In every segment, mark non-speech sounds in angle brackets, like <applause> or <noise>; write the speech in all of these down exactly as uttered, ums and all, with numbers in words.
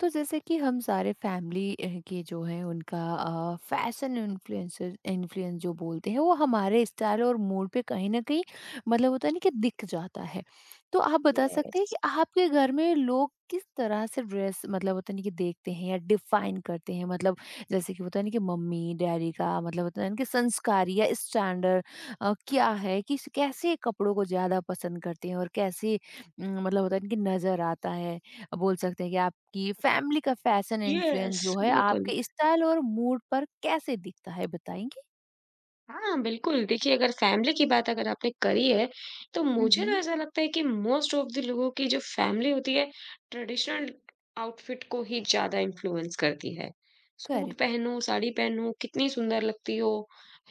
तो जैसे कि हम सारे फैमिली के जो है उनका फैशन इन्फ्लुएंसर इन्फ्लुएंस जो बोलते हैं वो हमारे स्टाइल और मूड पे कहीं ना कहीं मतलब होता है ना कि दिख जाता है। तो आप बता सकते हैं यस, कि आपके घर में लोग किस तरह से ड्रेस मतलब होता नहीं कि देखते हैं या डिफाइन करते हैं मतलब। जैसे कि होता नहीं कि मम्मी डैडी का मतलब होता नहीं कि संस्कार या स्टैंडर्ड क्या है कि कैसे कपड़ों को ज्यादा पसंद करते हैं और कैसे अ, मतलब होता है कि नजर आता है। बोल सकते हैं कि आपकी फैमिली का फैशन यस, इन्फ्लुएंस जो है बिल्कुल। आपके स्टाइल और मूड पर कैसे दिखता है बताएंगे? हाँ, बिल्कुल, देखिए अगर फैमिली की बात अगर आपने करी है, तो मुझे तो हम्म। ऐसा लगता है कि मोस्ट ऑफ द लोगों की जो फैमिली होती है, ट्रेडिशनल आउटफिट को ही ज़्यादा इन्फ्लुएंस करती है। Suit correct. पहनो, साड़ी पहनो, कितनी सुंदर लगती हो,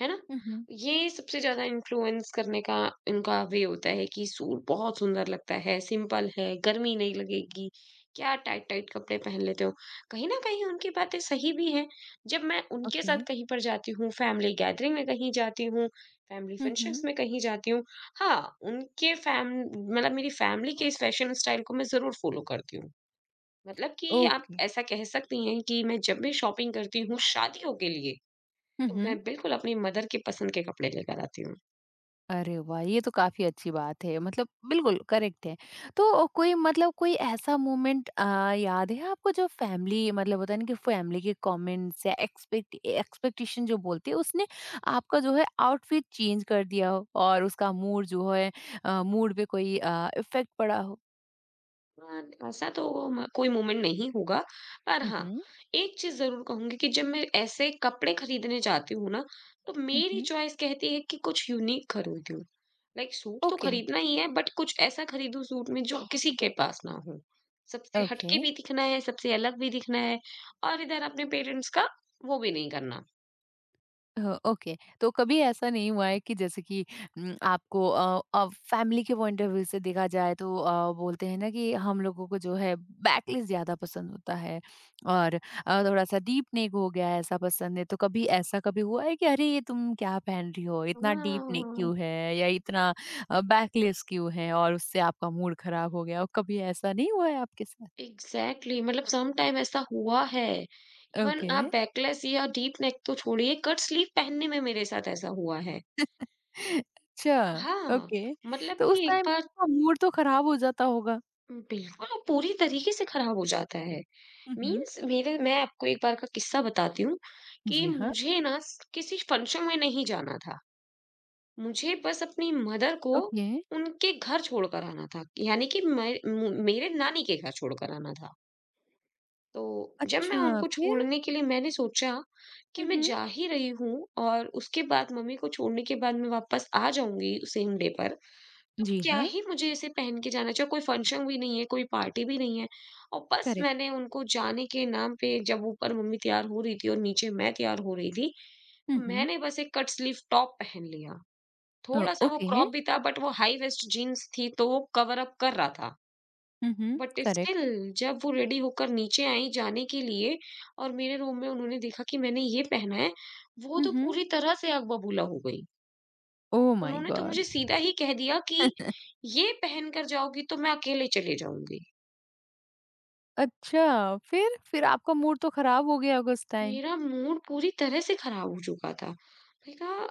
है ना? हम्म। ये सबसे ज़्यादा इन्फ्लुएंस करने का इनका वे होता है कि सूट बहुत सुंदर लगता है, सिंपल है, गर्मी नहीं लगेगी, क्या टाइट-टाइट कपड़े पहन लेते हो। कहीं न कहीं उनकी बातें सही भी हैं। जब मैं उनके ओके। साथ कहीं पर जाती हूँ, फैमिली गैदरिंग में कहीं जाती हूँ, फैमिली फंक्शंस हम्म। में कहीं जाती हूँ, हाँ, उनके फैम मतलब मेरी फैमिली के इस फैशन स्टाइल को मैं ज़रूर फ़ॉलो करती हूँ। मतलब कि आप ओके। ऐसा कह सकती हैं कि मैं जब भी शॉपिंग करती हूँ शादियों के लिए, तो मैं बिल्कुल अपनी मदर के पसंद के कपड़े लेकर आती हूँ। अरे वाह! ये तो काफ़ी अच्छी बात है, मतलब बिल्कुल करेक्ट है। तो कोई मतलब कोई ऐसा मोमेंट अ, याद है आपको जो फैमिली मतलब होता है ना कि फैमिली के कमेंट्स या एक्सपेक्ट एक्सपेक्टेशन जो बोलते हैं उसने आपका जो है आउटफिट चेंज कर दिया हो और उसका मूड जो है अ, मूड पे कोई अ, इफ़ेक्ट पड़ा हो? अ, ऐसा तो म कोई मोमेंट नहीं होगा, पर हुँ, हाँ, हुँ। एक चीज़ ज़रूर कहूँगी कि जब मैं ऐसे कपड़े खरीदने जाती हूँ ना, तो हुँ, मेरी हुँ। चॉइस कहती है कि कुछ यूनिक खरीदूँ। लाइक सूट तो ओके, खरीदना ही है बट कुछ ऐसा खरीदूं सूट में जो किसी के पास ना हो। सबसे ओके। हटके भी दिखना है, सबसे अलग भी दिखना है और इधर अपने पेरेंट्स का वो भी नहीं करना। अ, ओके। तो कभी ऐसा नहीं हुआ है कि जैसे कि न, आपको फैमिली के पॉइंट ऑफ व्यू से देखा जाए तो अ, बोलते हैं ना कि हम लोगों को जो है बैकलेस ज्यादा पसंद होता है और अ, थोड़ा सा डीप नेक हो गया है ऐसा पसंद है तो कभी ऐसा कभी हुआ है कि अरे ये तुम क्या पहन रही हो इतना डीप नेक हाँ। क्यों है या इतना बैकलेस क्यों है और उससे आपका मूड खराब हो गया और कभी ऐसा नहीं हुआ है आपके साथ? Exactly exactly. मतलब सम टाइम ऐसा हुआ है। Even okay. आप बैकलेस या डीप नेक तो छोड़िए कट स्लीव पहनने में मेरे साथ ऐसा हुआ है। <laughs> अच्छा। हाँ, ओके। मतलब तो उस कि एक टाइम बार मूड तो खराब हो जाता होगा। बिल्कुल वो पूरी तरीके से खराब हो जाता है। हुँ, हुँ। मीन्स मेरे मैं आपको एक बार का किस्सा बताती हूँ कि जी हाँ। मुझे ना स- किसी फंक्शन में नहीं जाना था। मुझे बस अपनी मदर को ओके। उनके घर छोड़कर आना था, यानी कि मैं मु- मेरे नानी के घर छोड़कर आना था। तो जब मैं अच्छा उनको फिर? छोड़ने के लिए मैंने सोचा कि हुँ, मैं हुँ। जा ही रही हूँ और उसके बाद मम्मी को छोड़ने के बाद मैं वापस आ जाऊंगी उस सेम डे पर, तो जी क्या हाँ। ही मुझे इसे पहन के जाना चाहिए, कोई फंक्शन भी नहीं है, कोई पार्टी भी नहीं है। और बस करेक्ट। मैंने उनको जाने के नाम पे जब ऊपर मम्मी तैयार हो रही थी और नीचे मैं तैयार हो रही थी, हुँ, हुँ। मैंने बस एक कट स्लीव टॉप पहन लिया। अ, थोड़ा-सा वो ओके। क्रॉप भी था बट वो हाई वेस्ट जीन्स थी तो वो कवर अप कर रहा था। हुँ, हुँ। But still correct. जब वो रेडी होकर नीचे आई जाने के लिए और मेरे रूम में उन्होंने देखा कि मैंने ये पहना है, वो हुँ, तो हुँ। पूरी तरह से आग बबूला हो गई। ओह माय उन्होंने तो मुझे गॉड! सीधा ही कह दिया कि, "ये पहन कर जाओगी तो मैं अकेले चले जाऊँगी।" अच्छा, फिर? फिर आपका मूड तो खराब हो गया होगा उस टाइम? मेरा मूड पूरी तरह से खराब हो चुका था। मैंने कहा,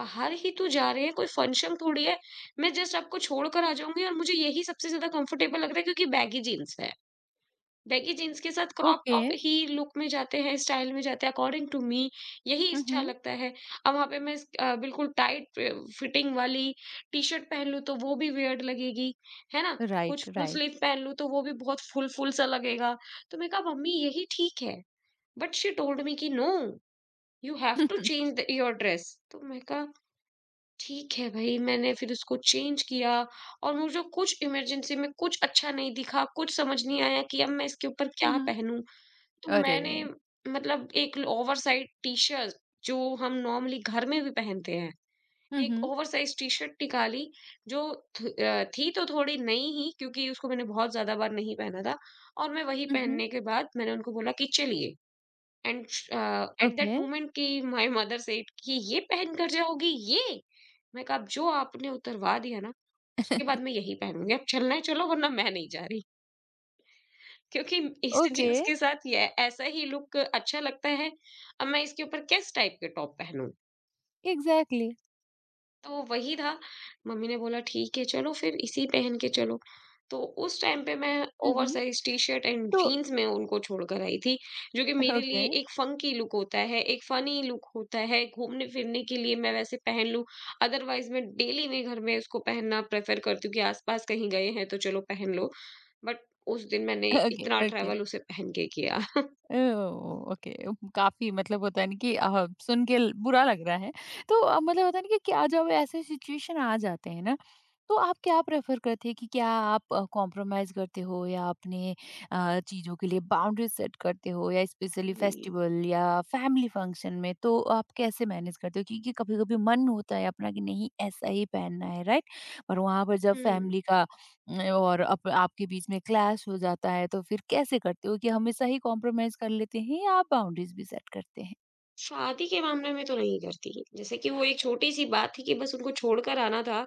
"बाहर ही तो जा रहे हैं, कोई फंक्शन थोड़ी है। मैं जस्ट आपको छोड़ कर आ जाऊँगी और मुझे यही सबसे ज़्यादा कंफर्टेबल लग रहा है क्योंकि बैगी जीन्स है।" बैगी जीन्स के साथ क्रॉप ओके। टॉप ही लुक में जाते हैं, स्टाइल में जाते हैं अकॉर्डिंग टू मी, यही हुँ, अच्छा हुँ। लगता है। अब वहाँ पे मैं इस अ, बिल्कुल टाइट फि फिटिंग वाली टी-शर्ट पहन लूँ तो वो भी वियर्ड लगेगी, है ना? कुछ राइट, फुल राइट। स्लीव पहन लूँ तो वो भी बहुत फुल-फुल सा लगेगा। तो मैंने कहा मम्मी यही ठीक है। बट शी टोल्ड मी कि no, you have to <laughs> change the your dress. तो मैंने कहा ठीक है भई, मैंने फिर उसको चेंज किया और मुझे कुछ इमरजेंसी में कुछ अच्छा नहीं दिखा, कुछ समझ नहीं आया कि अब मैं इसके ऊपर हुँ, क्या हुँ। पहनूँ? तो अरे! मैंने मतलब एक ओवरसाइज़ टी-शर्ट जो हम नॉर्मली घर में भी पहनते हैं, हुँ, एक हुँ। ओवरसाइज़ टी-शर्ट निकाली जो थ अ, थी तो थोड़ी नई ही, क्योंकि उसको मैंने बहुत ज़्यादा बार नहीं पहना था। और मैं वही हुँ, हुँ। पहनने के बाद मैंने उनको बोला कि चलिए। And uh, at that okay. Moment कि माय मदर सेड कि "ये पहन कर जाओगी ये?" मैं कहा "अब जो आपने उतरवा दिया ना, उसके बाद मैं यही पहनूँगी, अब चलना है चलो वरना मैं नहीं जा रही।" क्योंकि इस ओके, जीन्स के साथ ये ऐसा ही लुक अच्छा लगता है, अब मैं इसके ऊपर किस टाइप के टॉप पहनूँ? एग्ज़ैक्टली। तो वही था, मम्मी ने बोला ठीक है चलो फिर इसी पहन के चलो। तो उस टाइम पे मैं हुँ, हुँ। ओवरसाइज़ टी-शर्ट एंड तो जीन्स में उनको छोड़ कर आई थी, जो कि मेरे ओके, लिए एक फ़ंकी लुक होता है, एक फ़नी लुक होता है, घूमने-फिरने के लिए मैं वैसे पहन लूँ, अदरवाइज़ मैं डेली में घर में उसको पहनना प्रेफ़र करती हूँ कि आस-पास कहीं गए हैं तो चलो पहन लो। बट उस दिन मैंने ओके, इतना ओके। ट्रैवल उसे पहन के किया। ओह! ओके। काफ़ी मतलब होता है ना कि अ, सुन के ल बुरा लग रहा है। तो अ, मतलब होता है ना कि क्या जब ऐसे सिचुएशन आ जाते हैं ना, तो आप क्या प्रेफ़र करते हैं कि क्या आप अ, कॉम्प्रोमाइज़ करते हो या अपने अ, चीज़ों के लिए बाउंड्री सेट करते हो या स्पेशली जी। फेस्टिवल या फैमिली फंक्शन में तो आप कैसे मैनेज करते हो? क्योंकि कभी-कभी मन होता है अपना कि नहीं ऐसा ही पहनना है, राइट? और वहाँ पर जब हुँ। फैमिली का और अप आपके बीच में क्लैश हो जाता है तो फिर कैसे करते हो कि हमेशा ही कॉम्प्रोमाइज कर लेते हैं या आप बाउंड्रीज भी सेट करते हैं? शादी के मामले में तो नहीं करती। जैसे कि वो एक छोटी-सी बात थी कि बस उनको छोड़कर आना था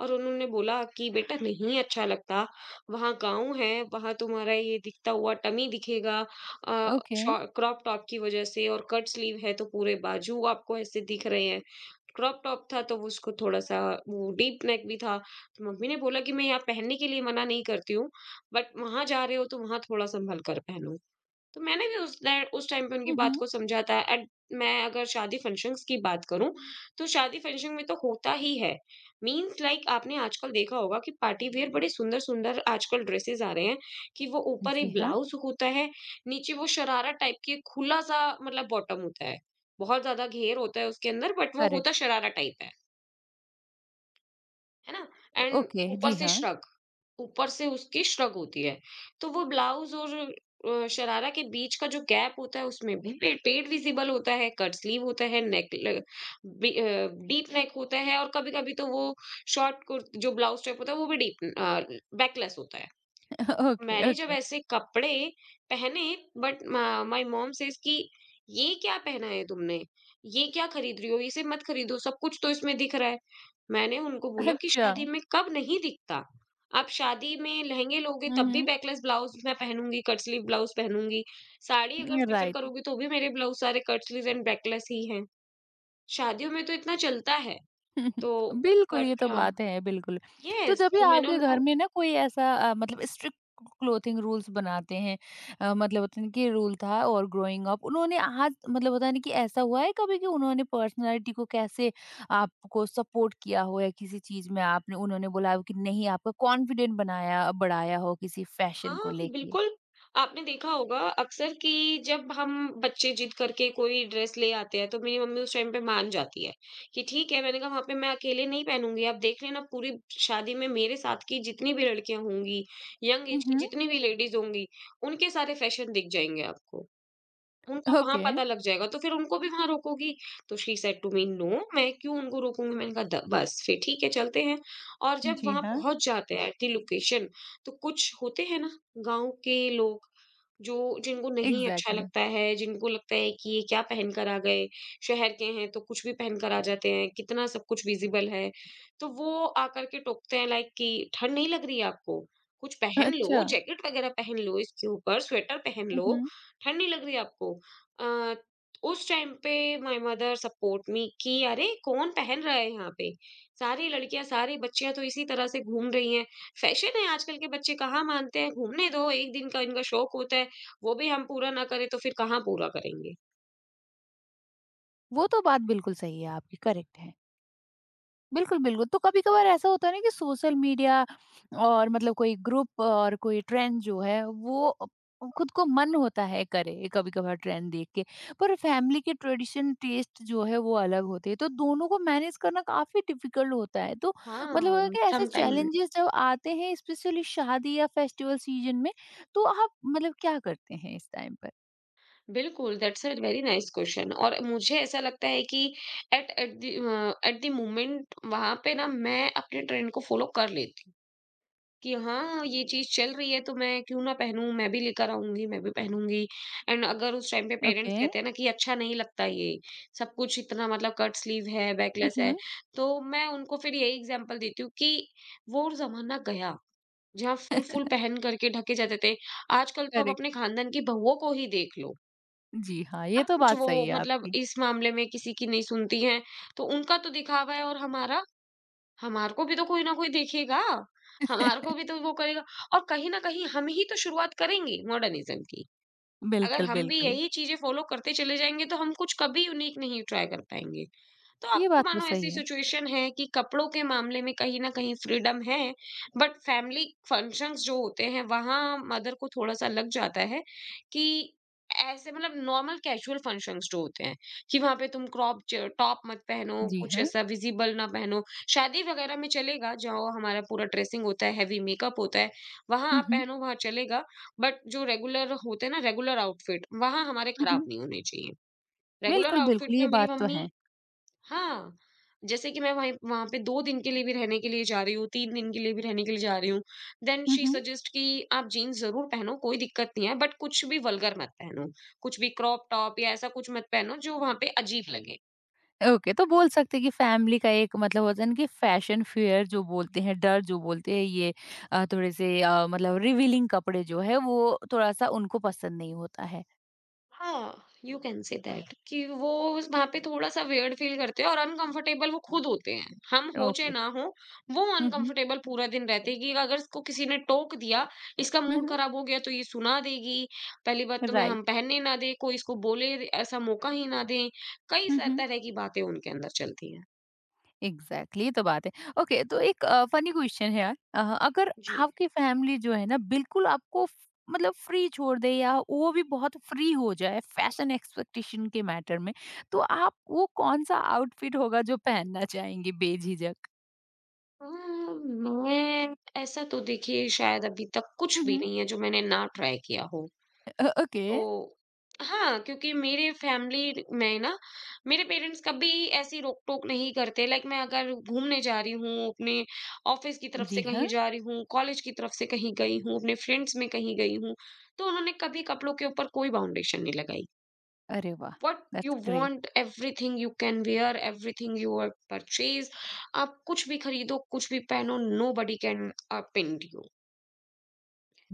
और उन्होंने बोला कि बेटा नहीं अच्छा लगता, वहाँ गाँव है, वहाँ तुम्हारा ये दिखता हुआ टमी दिखेगा अ, ओके। शॉ क्रॉप टॉप की वज़ह से, और कट स्लीव है तो पूरे बाजू आपको ऐसे दिख रहे हैं। क्रॉप टॉप था तो वो उसको थोड़ा-सा वो डीप नेक भी था। तो मम्मी ने बोला कि मैं यहाँ पहनने के लिए मना नहीं करती हूँ, बट वहाँ जा रहे हो तो वहाँ थोड़ा संभल कर पहनो। तो मैंने भी उस टाइ उस टाइम पे उनकी हुँ, बात हुँ। को समझा था। एंड मैं अगर शादी फंक्शंस की बात करूँ, तो शादी फंक्शन में तो होता ही है। मीन्स लाइक like, आपने आजकल देखा होगा कि पार्टी वियर बड़े सुंदर-सुंदर आजकल ड्रेसेस आ रहे हैं, कि वो ऊपर जी एक हाँ, ब्लाउज़ होता है, नीचे वो शरारा टाइप के खुला-सा मतलब बॉटम होता है। बहुत ज़्यादा घेर होता है उसके अंदर बट वो करेक्ट। होता शरारा टाइप है, है ना? एंड ओके, ऊपर जी से हाँ। श्रग ऊपर से उसकी श्रग होती है। तो वो ब्लाउज़ और अ, शरारा के बीच का जो गैप होता है उसमें भी पे पेट विज़िबल होता है, कट स्लीव होता है, नेक ल बी अ, डीप नेक होता है और कभी-कभी तो वो शॉर्ट कुर जो ब्लाउज़ टाइप होता है वो भी डीप अ, बैकलेस होता है। <laughs> ओके, मैंने जब ओके। ऐसे कपड़े पहने बट माय मॉम सेज कि ये क्या पहना है तुमने? ये क्या खरीद रही हो? इसे मत खरीदो, सब कुछ तो इसमें दिख रहा है। मैंने उनको बोला कि अच्छा। शादी में कब नहीं दिखता? आप शादी में लहंगे लोगे हुँ, तब भी हुँ। बैकलेस ब्लाउज मैं पहनूंगी, कट स्लीव ब्लाउज पहनूंगी। साड़ी अगर प्रेफर राइट। करोगी तो भी मेरे ब्लाउज सारे कट स्लीव एंड बैकलेस ही हैं। शादियों में तो इतना चलता है। <laughs> तो बिल्कुल, ये बट तो अ, बात है, बिल्कुल। तो यस जब भी तो मैंने आपके घर उनको में ना कोई ऐसा अ, मतलब स्ट्रिक्ट क्लॉथिंग रूल्स बनाते हैं अ, मतलब होता है ना कि रूल था और ग्रोइंग अप उन्होंने आज मतलब होता है ना कि ऐसा हुआ है कभी कि उन्होंने पर्सनैलिटी को कैसे आपको सपोर्ट किया हो या किसी चीज़ में आपने उन्होंने बोला हो कि नहीं आपका कॉन्फिडेंट बनाया बढ़ाया हो किसी फैशन को हाँ, लेके? बिल्कुल। आपने देखा होगा अक्सर कि जब हम बच्चे जिद करके कोई ड्रेस ले आते हैं, तो मेरी मम्मी उस टाइम पे मान जाती है कि ठीक है, मैंने कहा वहाँ पे मैं अकेले नहीं पहनूँगी। आप देख लेना, पूरी शादी में मेरे साथ की जितनी भी लड़कियाँ होंगी, यंग हुँ, एज की हुँ। जितनी भी लेडीज़ होंगी, उनके सारे फ़ैशन दिख जाएँगे आपको। उनको वहाँ ओके। पता लग जाएगा, तो फिर उनको भी वहाँ रोकोगी? तो she said to me "no, मैं क्यों उनको रोकूँगी?" मैंने कहा, "द बस फिर ठीक है, चलते हैं।" और जब जी वहाँ हाँ। पहुँच जाते हैं एट द लोकेशन, तो कुछ होते हैं ना गाँव के लोग, जो जिनको नहीं अच्छा एग्ज़ैक्टली। लगता है, जिनको लगता है कि ये क्या पहन कर आ गए, शहर के हैं तो कुछ भी पहन कर आ जाते हैं, कितना सब कुछ विज़िबल है। तो वो आकर के टोकते हैं लाइक कि ठंड नहीं लग रही है आपको? कुछ पहन लो, अच्छा। जैकेट वगैरह पहन लो इसके ऊपर, स्वेटर पहन हुँ, लो, हुँ। ठंड नहीं लग रही है आपको? अ, उस टाइम पे माय मदर सपोर्ट मी कि अरे कौन पहन रहा है यहाँ पे। सारी लड़कियां सारी बच्चियां तो इसी तरह से घूम रही हैं। फैशन है, आजकल के बच्चे कहाँ मानते हैं। घूमने दो, एक दिन का इनका शौक होता है। वो भी हम पूरा ना करें तो फिर कहाँ पूरा करेंगे। वो तो बात बिल्कुल सही है आपकी, करेक्ट है। बिल्कुल, बिल्कुल। तो कभी-कभार ऐसा होता है ना कि सोशल मीडिया और मतलब कोई ग्रुप और कोई ट्रेंड जो है वो अ, खुद को मन होता है करे कभी-कभार ट्रेंड देख के। पर फैमिली के ट्रेडिशन टेस्ट जो है वो अलग होते हैं। तो दोनों को मैनेज करना काफ़ी डिफिकल्ट होता है। तो मतलब है हाँ, कि ऐसे समटाइम चैलेंजेस जब आते हैं स्पेशली शादी या फेस्टिवल सीजन में तो आप मतलब क्या करते हैं इस टाइम पर? बिल्कुल, that's a very nice question. और मुझे ऐसा लगता है कि at at the at the moment वहां पे ना मैं अपने ट्रेंड को फॉलो कर लेती हूँ कि हाँ, ये चीज़ चल रही है तो मैं क्यों ना पहनूँ, मैं भी लेकर आऊँगी, मैं भी पहनूँगी। एंड अगर उस टाइम पे पेरेंट्स ओके। कहते हैं ना कि अच्छा नहीं लगता ये, सब कुछ इतना मतलब कट स्लीव है, हुँ, बैकलेस है, हुँ। तो मैं उनको फिर यही एग्ज़ाम्पल देती हूँ कि वो ज़माना गया, जहाँ फुल-फुल पहन करके ढके जाते थे। आजकल तो आप करेक्ट। अपने <laughs> खानदान की बहुओं को ही देख लो, जी हाँ, सब ये तो कुछ बात वो सही है मतलब आपकी। इस मामले में किसी की नहीं सुनती हैं, तो उनका तो दिखावा है और हमारा, हमारे को भी तो कोई ना कोई देखेगा, हमारे को भी <laughs> तो वो करेगा। और कहीं न कहीं हम ही तो शुरुआत करेंगे मॉडर्निज़्म की। अगर बिल्कुल, हम भी बिल्कुल। यही चीज़ें फ़ॉलो करते चले जाएँगे, तो हम कुछ कभी यूनिक नहीं ट्राई कर पाएँगे। तो अब ये तो बात तो मानो सही ऐसी है। सिचुएशन है कि कपड़ों के मामले में कहीं न कहीं फ्रीडम है, बट फैमिली फंक्शंस जो होते हैं, वहाँ मदर को थोड़ा-सा लग जाता है कि ऐसे मतलब नॉर्मल कैजुअल फंक्शंस जो होते हैं, कि वहाँ पे तुम क्रॉप च टॉप मत पहनो, जी कुछ हाँ। ऐसा विज़िबल ना पहनो। शादी वगैरह में चलेगा, जहाँ हमारा पूरा ड्रेसिंग होता है, हेवी मेकअप होता है, वहाँ हुँ, आप हुँ। पहनो, वहाँ चलेगा। बट जो रेगुलर होते हैं ना, रेगुलर आउटफिट, वहाँ हमारे हुँ, खराब हुँ। नहीं होने चाहिए। रेगुलर बिल्कुल, आउटफिट बिल्कुल, में ये मेरी बात तो मम्मी, है। हाँ, जैसे कि मैं वहीं वहाँ पे दो दिन के लिए भी रहने के लिए जा रही हूँ, तीन दिन के लिए भी रहने के लिए जा रही हूँ। देन हुँ, शी हुँ। सजेस्ट कि आप जीन्स ज़रूर पहनो, कोई दिक्कत नहीं है बट कुछ भी वल्गर मत पहनो। कुछ भी क्रॉप टॉप या ऐसा कुछ मत पहनो जो वहाँ पे अजीब लगे। ओके, तो बोल सकते हैं कि फैमिली का एक मतलब होता है ना कि फैशन फियर जो बोलते हैं, डर जो बोलते हैं, ये अ, थोड़े-से अ, मतलब रिवीलिंग कपड़े जो है, वो थोड़ा-सा उनको पसंद नहीं होता है। हाँ, यू कैन से दैट कि वो वहाँ पे थोड़ा-सा वियर्ड फील करते हैं और अनकंफर्टेबल वो खुद होते हैं। हम हो चाहे ओके। ना हो, वो हुँ, हुँ। अनकंफर्टेबल पूरा दिन रहते हैं कि अगर इसको किसी ने टोक दिया, इसका हुँ, मूड हुँ। खराब हो गया तो ये सुना देगी। पहली बात तो मैं राइट। हम पहनने ना दें, कोई इसको बोले ऐसा मौका ही ना दें। कई हुँ, स हुँ। तरह की बातें उनके अंदर चलती हैं। एग्जैक्टली, ये तो बात है। ओके, तो एक अ, फनी क्वेश्चन है यार, अ, अगर जी। आपकी फैमिली जो है ना बिल्कुल आपको फ- मतलब फ्री छोड़ दे या वो भी बहुत फ्री हो जाए फैशन एक्सपेक्टेशन के मैटर में तो आप वो कौन सा आउटफिट होगा जो पहनना चाहेंगे बेझिझक? अ, मैं, ऐसा तो देखिए शायद अभी तक कुछ भी हम्म। नहीं है जो मैंने ना ट्राई किया हो। अ, ओके। तो हाँ, क्योंकि मेरे फैमिली में ना मेरे पेरेंट्स कभी ऐसी रोक-टोक नहीं करते, लाइक मैं अगर घूमने जा रही हूँ, अपने ऑफिस की तरफ जी से कहीं हाँ। जा रही हूँ, कॉलेज की तरफ से कहीं गई हूँ, अपने फ्रेंड्स में कहीं गई हूँ, तो उन्होंने कभी कपड़ों के ऊपर कोई बाउंडेशन नहीं लगाई। अरे वाह! What you that's great. Want everything you can wear, everything you are purchase. आप कुछ भी खरीदो, कुछ भी पहनो, nobody can uh pin you.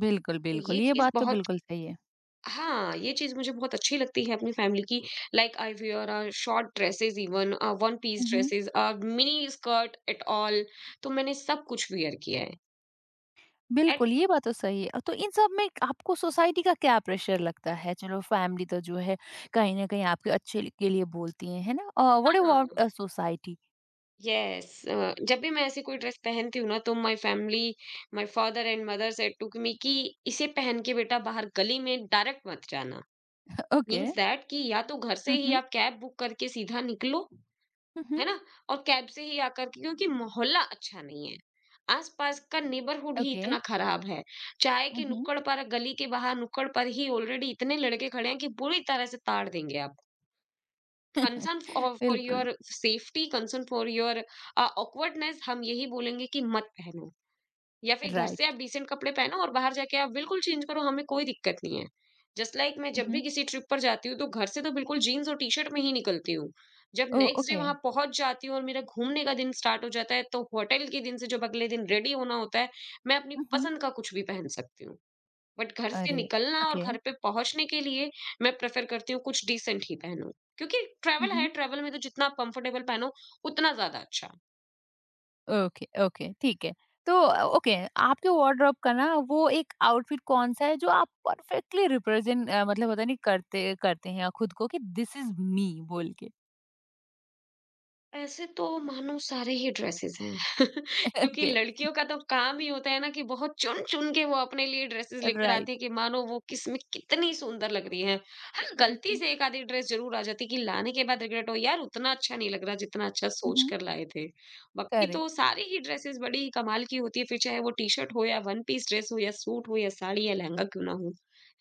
बिल्कुल, तो ये बिल्कुल, ये चीज़ बात तो बहुत, बिल्कुल सही हाँ, ये चीज़ मुझे बहुत अच्छी लगती है अपनी फैमिली की। Like I wear uh, short dresses, even uh, one piece है। Dresses, uh, mini skirt at all. तो मैंने सब कुछ वियर किया है। एट बिल्कुल, ये बात तो सही है। तो इन सब में आपको सोसाइटी का क्या प्रेशर लगता है? चलो फैमिली तो जो है कहीं न कहीं आपके अच्छे ल के लिए बोलती है, है ना? अ, हाँ, व्हाट अबाउट हाँ। अ, सोसाइटी? येस, अ, जब भी मैं ऐसी कोई ड्रेस पहनती हूँ ना तो my family, my father and mother said to me कि इसे पहन के बेटा बाहर गली में डायरेक्ट मत जाना। ओके। मीन्स दैट कि या तो घर से हुँ, ही हुँ। आप कैब बुक करके सीधा निकलो, हुँ, हुँ। है ना? और कैब से ही आकर के, क्योंकि मोहल्ला अच्छा नहीं है। आस-पास का नेबरहुड ही ओके। इतना खराब है। चाहे हुँ, कि हुँ। नुक्कड़ पर, गली के बाहर नुक्कड़ पर ही ऑलरेडी इतने लड़के खड़े हैं कि बुरी तरह से ताड़ देंगे आपको। कंसर्न <laughs> फॉर फॉर बिल्कुल, your safety, concern for your uh, awkwardness, हम यही बोलेंगे कि मत पहनो। या फिर घर से आप राइट। डिसेंट कपड़े पहनो और बाहर जाके आप बिल्कुल चेंज करो, हमें कोई दिक्कत नहीं है। जस्ट लाइक मैं हुँ, जब भी हुँ। किसी ट्रिप पर जाती हूँ, तो घर से तो बिल्कुल जीन्स और टी-शर्ट में ही निकलती हूँ। जब ओह! Next day okay. वहाँ पहुँच जाती हूँ और मेरा घूमने का दिन स्टार्ट हो जाता है, तो होटल के दिन से जब अगले दिन रेडी होना होता है, मैं अपनी हुँ, हुँ। पसंद का कुछ भी पहन सकती हूँ। बट घर से अरे! निकलना और ओके। घर पे पहुँचने के लिए मैं प्रेफ़र करती हूँ कुछ डिसेंट ही पहनूँ। क्योंकि हुँ, ट्रैवल है, हुँ। ट्रैवल में तो जितना आप कंफर्टेबल पहनो, उतना ज़्यादा अच्छा। ओके, ओके, ठीक है। तो अ, ओके, आपके वार्डरोब का ना वो एक आउटफिट कौन-सा है जो आप परफेक्टली रिप्रेजेंट अ, मतलब होता है नहीं करते करते हैं खुद को कि दिस इज़ मी बोल के? ऐसे तो मानो सारे ही ड्रेसेस हैं <laughs> क्योंकि ओके, लड़कियों का तो काम ही होता है ना कि बहुत चुन चुन के वो अपने लिए ड्रेसेस लेकर राइट। आती है कि मानो वो किस में कितनी सुंदर लग रही है। हाँ, गलती हुँ, से एक आधी ड्रेस जरूर आ जाती है कि लाने के बाद रिग्रेट हो, यार उतना अच्छा नहीं लग रहा जितना अच्छा सोच हुँ, कर लाए थे। बाकी तो करेक्ट। सारी ही ड्रेसेस बड़ी ही कमाल की होती है, फिर चाहे वो टी शर्ट हो या वन पीस ड्रेस हो या सूट हो या साड़ी या लहंगा क्यों ना हो,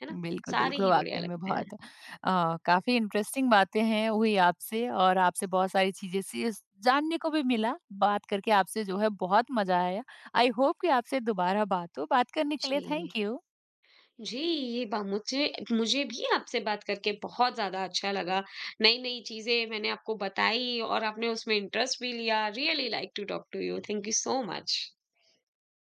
है ना? बिल्कुल, सारे बिल्कुल, ही बढ़िया वाक़ई में लगते हैं। बहुत अ, काफ़ी इंटरेस्टिंग बातें हैं हुई आपसे और आपसे बहुत सारी चीज़ें सी स जानने को भी मिला, बात करके आपसे जो है बहुत मज़ा आया। आई होप कि आपसे दोबारा बात हो, बात करने के लिए जी। Thank you. जी, ये बा मुझे मुझे भी आपसे बात करके बहुत ज़्यादा अच्छा लगा। नई-नई चीज़ें मैंने आपको बताई और आपने उसमें इंटरेस्ट भी लिया। Really like to talk to you. Thank you so much.